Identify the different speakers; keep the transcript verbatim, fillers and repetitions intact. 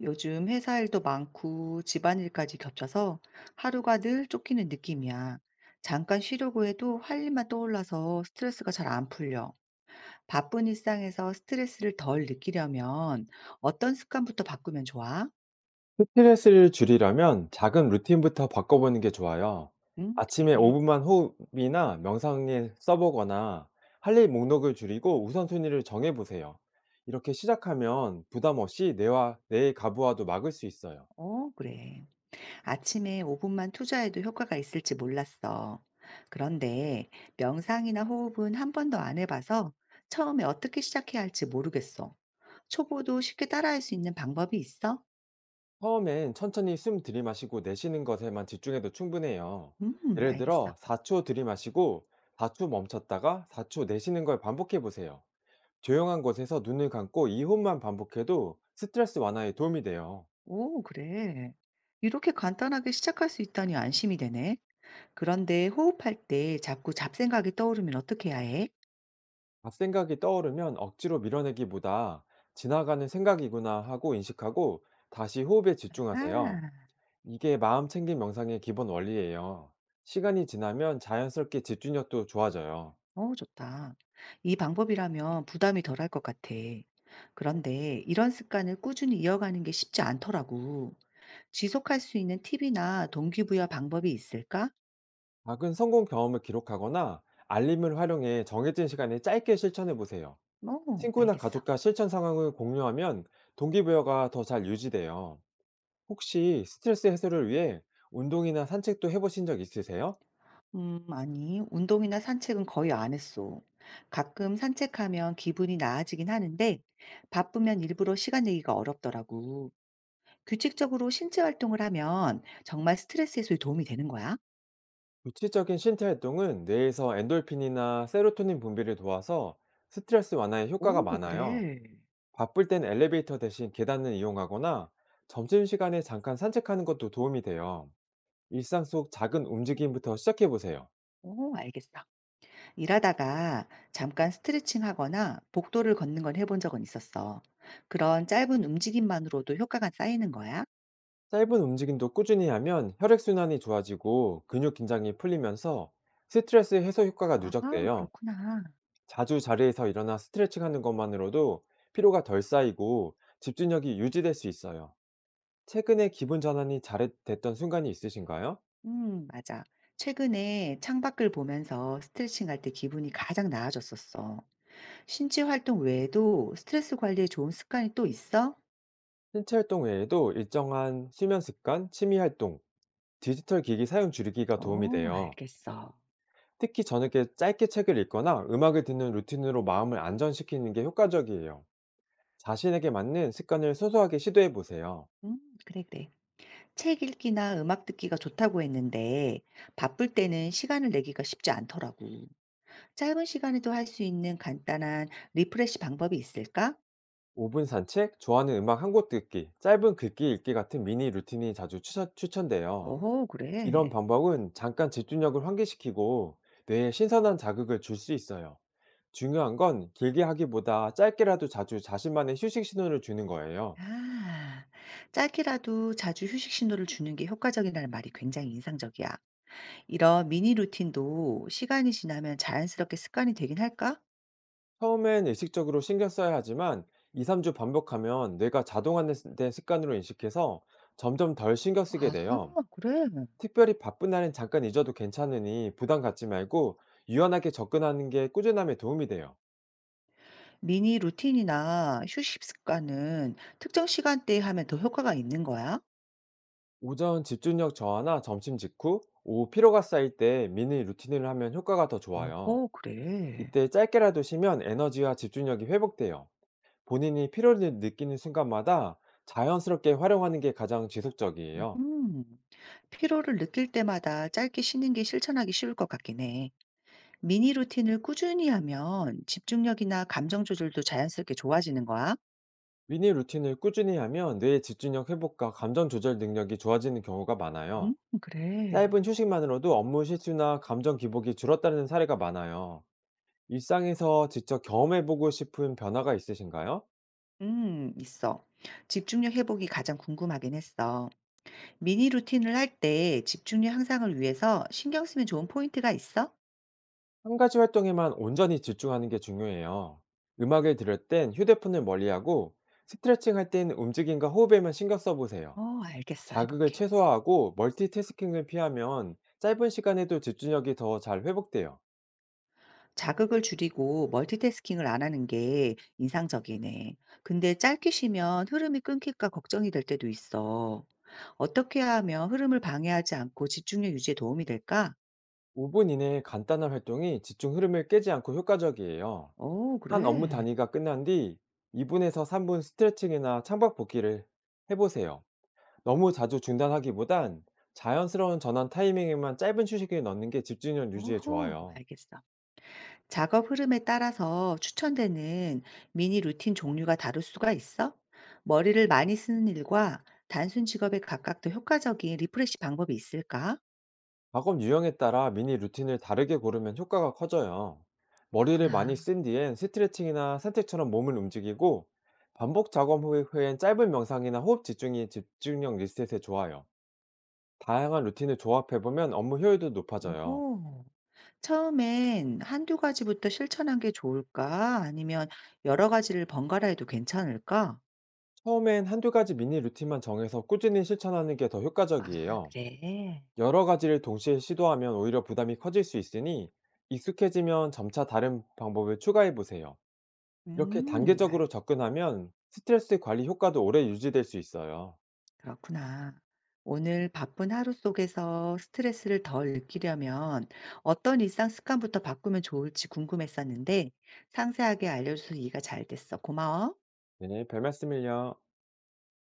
Speaker 1: 요즘 회사 일도 많고 집안일까지 겹쳐서 하루가 늘 쫓기는 느낌이야. 잠깐 쉬려고 해도 할 일만 떠올라서 스트레스가 잘 안 풀려. 바쁜 일상에서 스트레스를 덜 느끼려면 어떤 습관부터 바꾸면 좋아?
Speaker 2: 스트레스를 줄이려면 작은 루틴부터 바꿔보는 게 좋아요.
Speaker 1: 응?
Speaker 2: 아침에
Speaker 1: 그래.
Speaker 2: 오 분만 호흡이나 명상에 써보거나 할 일 목록을 줄이고 우선순위를 정해보세요. 이렇게 시작하면 부담 없이 뇌와 뇌의 가부화도 막을 수 있어요.
Speaker 1: 어, 그래. 아침에 오 분만 투자해도 효과가 있을지 몰랐어. 그런데 명상이나 호흡은 한 번도 안 해봐서 처음에 어떻게 시작해야 할지 모르겠어. 초보도 쉽게 따라할 수 있는 방법이 있어?
Speaker 2: 처음엔 천천히 숨 들이마시고 내쉬는 것에만 집중해도 충분해요.
Speaker 1: 음,
Speaker 2: 예를
Speaker 1: 알겠어.
Speaker 2: 들어 사 초 들이마시고 사 초 멈췄다가 사 초 내쉬는 걸 반복해보세요. 조용한 곳에서 눈을 감고 이 호흡만 반복해도 스트레스 완화에 도움이 돼요.
Speaker 1: 오, 그래. 이렇게 간단하게 시작할 수 있다니 안심이 되네. 그런데 호흡할 때 자꾸 잡생각이 떠오르면 어떻게 해야 해?
Speaker 2: 앞 생각이 떠오르면 억지로 밀어내기보다 지나가는 생각이구나 하고 인식하고 다시 호흡에 집중하세요.
Speaker 1: 아,
Speaker 2: 이게 마음 챙김 명상의 기본 원리예요. 시간이 지나면 자연스럽게 집중력도 좋아져요.
Speaker 1: 어, 좋다. 이 방법이라면 부담이 덜할 것 같아. 그런데 이런 습관을 꾸준히 이어가는 게 쉽지 않더라고. 지속할 수 있는 팁이나 동기부여 방법이 있을까?
Speaker 2: 작은 성공 경험을 기록하거나 알림을 활용해 정해진 시간에 짧게 실천해 보세요.
Speaker 1: 어,
Speaker 2: 친구나
Speaker 1: 알겠어.
Speaker 2: 가족과 실천 상황을 공유하면 동기부여가 더 잘 유지돼요. 혹시 스트레스 해소를 위해 운동이나 산책도 해보신 적 있으세요?
Speaker 1: 음, 아니, 운동이나 산책은 거의 안 했어. 가끔 산책하면 기분이 나아지긴 하는데, 바쁘면 일부러 시간 내기가 어렵더라고. 규칙적으로 신체 활동을 하면 정말 스트레스 해소에 도움이 되는 거야?
Speaker 2: 구체적인 신체 활동은 뇌에서 엔돌핀이나 세로토닌 분비를 도와서 스트레스 완화에 효과가
Speaker 1: 오,
Speaker 2: 많아요.
Speaker 1: 그래.
Speaker 2: 바쁠 땐 엘리베이터 대신 계단을 이용하거나 점심시간에 잠깐 산책하는 것도 도움이 돼요. 일상 속 작은 움직임부터 시작해보세요.
Speaker 1: 오, 알겠어. 일하다가 잠깐 스트레칭 하거나 복도를 걷는 건 해본 적은 있었어. 그런 짧은 움직임만으로도 효과가 쌓이는 거야?
Speaker 2: 짧은 움직임도 꾸준히 하면 혈액순환이 좋아지고 근육 긴장이 풀리면서 스트레스 해소 효과가
Speaker 1: 아하,
Speaker 2: 누적돼요.
Speaker 1: 그렇구나.
Speaker 2: 자주 자리에서 일어나 스트레칭 하는 것만으로도 피로가 덜 쌓이고 집중력이 유지될 수 있어요. 최근에 기분 전환이 잘 됐던 순간이 있으신가요?
Speaker 1: 음, 맞아. 최근에 창밖을 보면서 스트레칭 할 때 기분이 가장 나아졌었어. 신체 활동 외에도 스트레스 관리에 좋은 습관이 또 있어?
Speaker 2: 신체 활동 외에도 일정한 수면 습관, 취미 활동, 디지털 기기 사용 줄이기가 도움이
Speaker 1: 어,
Speaker 2: 돼요.
Speaker 1: 알겠어.
Speaker 2: 특히 저녁에 짧게 책을 읽거나 음악을 듣는 루틴으로 마음을 안전시키는 게 효과적이에요. 자신에게 맞는 습관을 소소하게 시도해 보세요.
Speaker 1: 음, 그래, 그래. 책 읽기나 음악 듣기가 좋다고 했는데, 바쁠 때는 시간을 내기가 쉽지 않더라고. 짧은 시간에도 할 수 있는 간단한 리프레시 방법이 있을까?
Speaker 2: 오 분 산책, 좋아하는 음악 한 곡 듣기, 짧은 글기 읽기 같은 미니 루틴이 자주 추천, 추천돼요.
Speaker 1: 오호,
Speaker 2: 이런
Speaker 1: 그래.
Speaker 2: 방법은 잠깐 집중력을 환기시키고 뇌에 신선한 자극을 줄 수 있어요. 중요한 건 길게 하기보다 짧게라도 자주 자신만의 휴식 신호를 주는 거예요.
Speaker 1: 아, 짧게라도 자주 휴식 신호를 주는 게 효과적이라는 말이 굉장히 인상적이야. 이런 미니 루틴도 시간이 지나면 자연스럽게 습관이 되긴 할까?
Speaker 2: 처음엔 의식적으로 신경 써야 하지만 이, 삼 주 반복하면 뇌가 자동화된 습- 된 습관으로 인식해서 점점 덜 신경 쓰게
Speaker 1: 아,
Speaker 2: 돼요.
Speaker 1: 그래.
Speaker 2: 특별히 바쁜 날엔 잠깐 잊어도 괜찮으니 부담 갖지 말고 유연하게 접근하는 게 꾸준함에 도움이 돼요.
Speaker 1: 미니 루틴이나 휴식 습관은 특정 시간대에 하면 더 효과가 있는 거야?
Speaker 2: 오전 집중력 저하나 점심 직후, 오후 피로가 쌓일 때 미니 루틴을 하면 효과가 더 좋아요.
Speaker 1: 어허, 그래.
Speaker 2: 이때 짧게라도 쉬면 에너지와 집중력이 회복돼요. 본인이 피로를 느끼는 순간마다 자연스럽게 활용하는 게 가장 지속적이에요.
Speaker 1: 음, 피로를 느낄 때마다 짧게 쉬는 게 실천하기 쉬울 것 같긴 해. 미니 루틴을 꾸준히 하면 집중력이나 감정 조절도 자연스럽게 좋아지는 거야?
Speaker 2: 미니 루틴을 꾸준히 하면 뇌의 집중력 회복과 감정 조절 능력이 좋아지는 경우가 많아요.
Speaker 1: 음, 그래.
Speaker 2: 짧은 휴식만으로도 업무 실수나 감정 기복이 줄었다는 사례가 많아요. 일상에서 직접 경험해보고 싶은 변화가 있으신가요?
Speaker 1: 음, 있어. 집중력 회복이 가장 궁금하긴 했어. 미니 루틴을 할 때 집중력 향상을 위해서 신경 쓰면 좋은 포인트가 있어?
Speaker 2: 한 가지 활동에만 온전히 집중하는 게 중요해요. 음악을 들을 땐 휴대폰을 멀리하고 스트레칭 할 땐 움직임과 호흡에만 신경 써보세요.
Speaker 1: 어, 알겠어.
Speaker 2: 자극을
Speaker 1: 해볼게.
Speaker 2: 최소화하고 멀티태스킹을 피하면 짧은 시간에도 집중력이 더 잘 회복돼요.
Speaker 1: 자극을 줄이고 멀티태스킹을 안 하는 게 인상적이네. 근데 짧게 쉬면 흐름이 끊길까 걱정이 될 때도 있어. 어떻게 하면 흐름을 방해하지 않고 집중력 유지에 도움이 될까?
Speaker 2: 오 분 이내의 간단한 활동이 집중 흐름을 깨지 않고 효과적이에요.
Speaker 1: 오,
Speaker 2: 한 업무
Speaker 1: 그래.
Speaker 2: 단위가 끝난 뒤 이 분에서 삼 분 스트레칭이나 창밖 복기를 해보세요. 너무 자주 중단하기보단 자연스러운 전환 타이밍에만 짧은 휴식을 넣는 게 집중력 유지에
Speaker 1: 오호,
Speaker 2: 좋아요.
Speaker 1: 알겠어. 작업 흐름에 따라서 추천되는 미니 루틴 종류가 다를 수가 있어? 머리를 많이 쓰는 일과 단순 직업에 각각 더 효과적인 리프레시 방법이 있을까?
Speaker 2: 작업 유형에 따라 미니 루틴을 다르게 고르면 효과가 커져요. 머리를 많이
Speaker 1: 그렇구나.
Speaker 2: 쓴 뒤엔 스트레칭이나 산책처럼 몸을 움직이고 반복 작업 후에- 후엔 짧은 명상이나 호흡 집중이 집중력 리셋에 좋아요. 다양한 루틴을 조합해보면 업무 효율도 높아져요.
Speaker 1: 오호. 처음엔 한두 가지부터 실천한 게 좋을까? 아니면 여러 가지를 번갈아 해도 괜찮을까?
Speaker 2: 처음엔 한두 가지 미니 루틴만 정해서 꾸준히 실천하는 게 더
Speaker 1: 아,
Speaker 2: 효과적이에요.
Speaker 1: 그래.
Speaker 2: 여러 가지를 동시에 시도하면 오히려 부담이 커질 수 있으니 익숙해지면 점차 다른 방법을 추가해 보세요. 이렇게
Speaker 1: 음,
Speaker 2: 단계적으로 접근하면 스트레스 관리 효과도 오래 유지될 수 있어요.
Speaker 1: 그렇구나. 오늘 바쁜 하루 속에서 스트레스를 덜 느끼려면 어떤 일상 습관부터 바꾸면 좋을지 궁금했었는데 상세하게 알려줘서 이해가 잘 됐어. 고마워.
Speaker 2: 네, 별 말씀을요.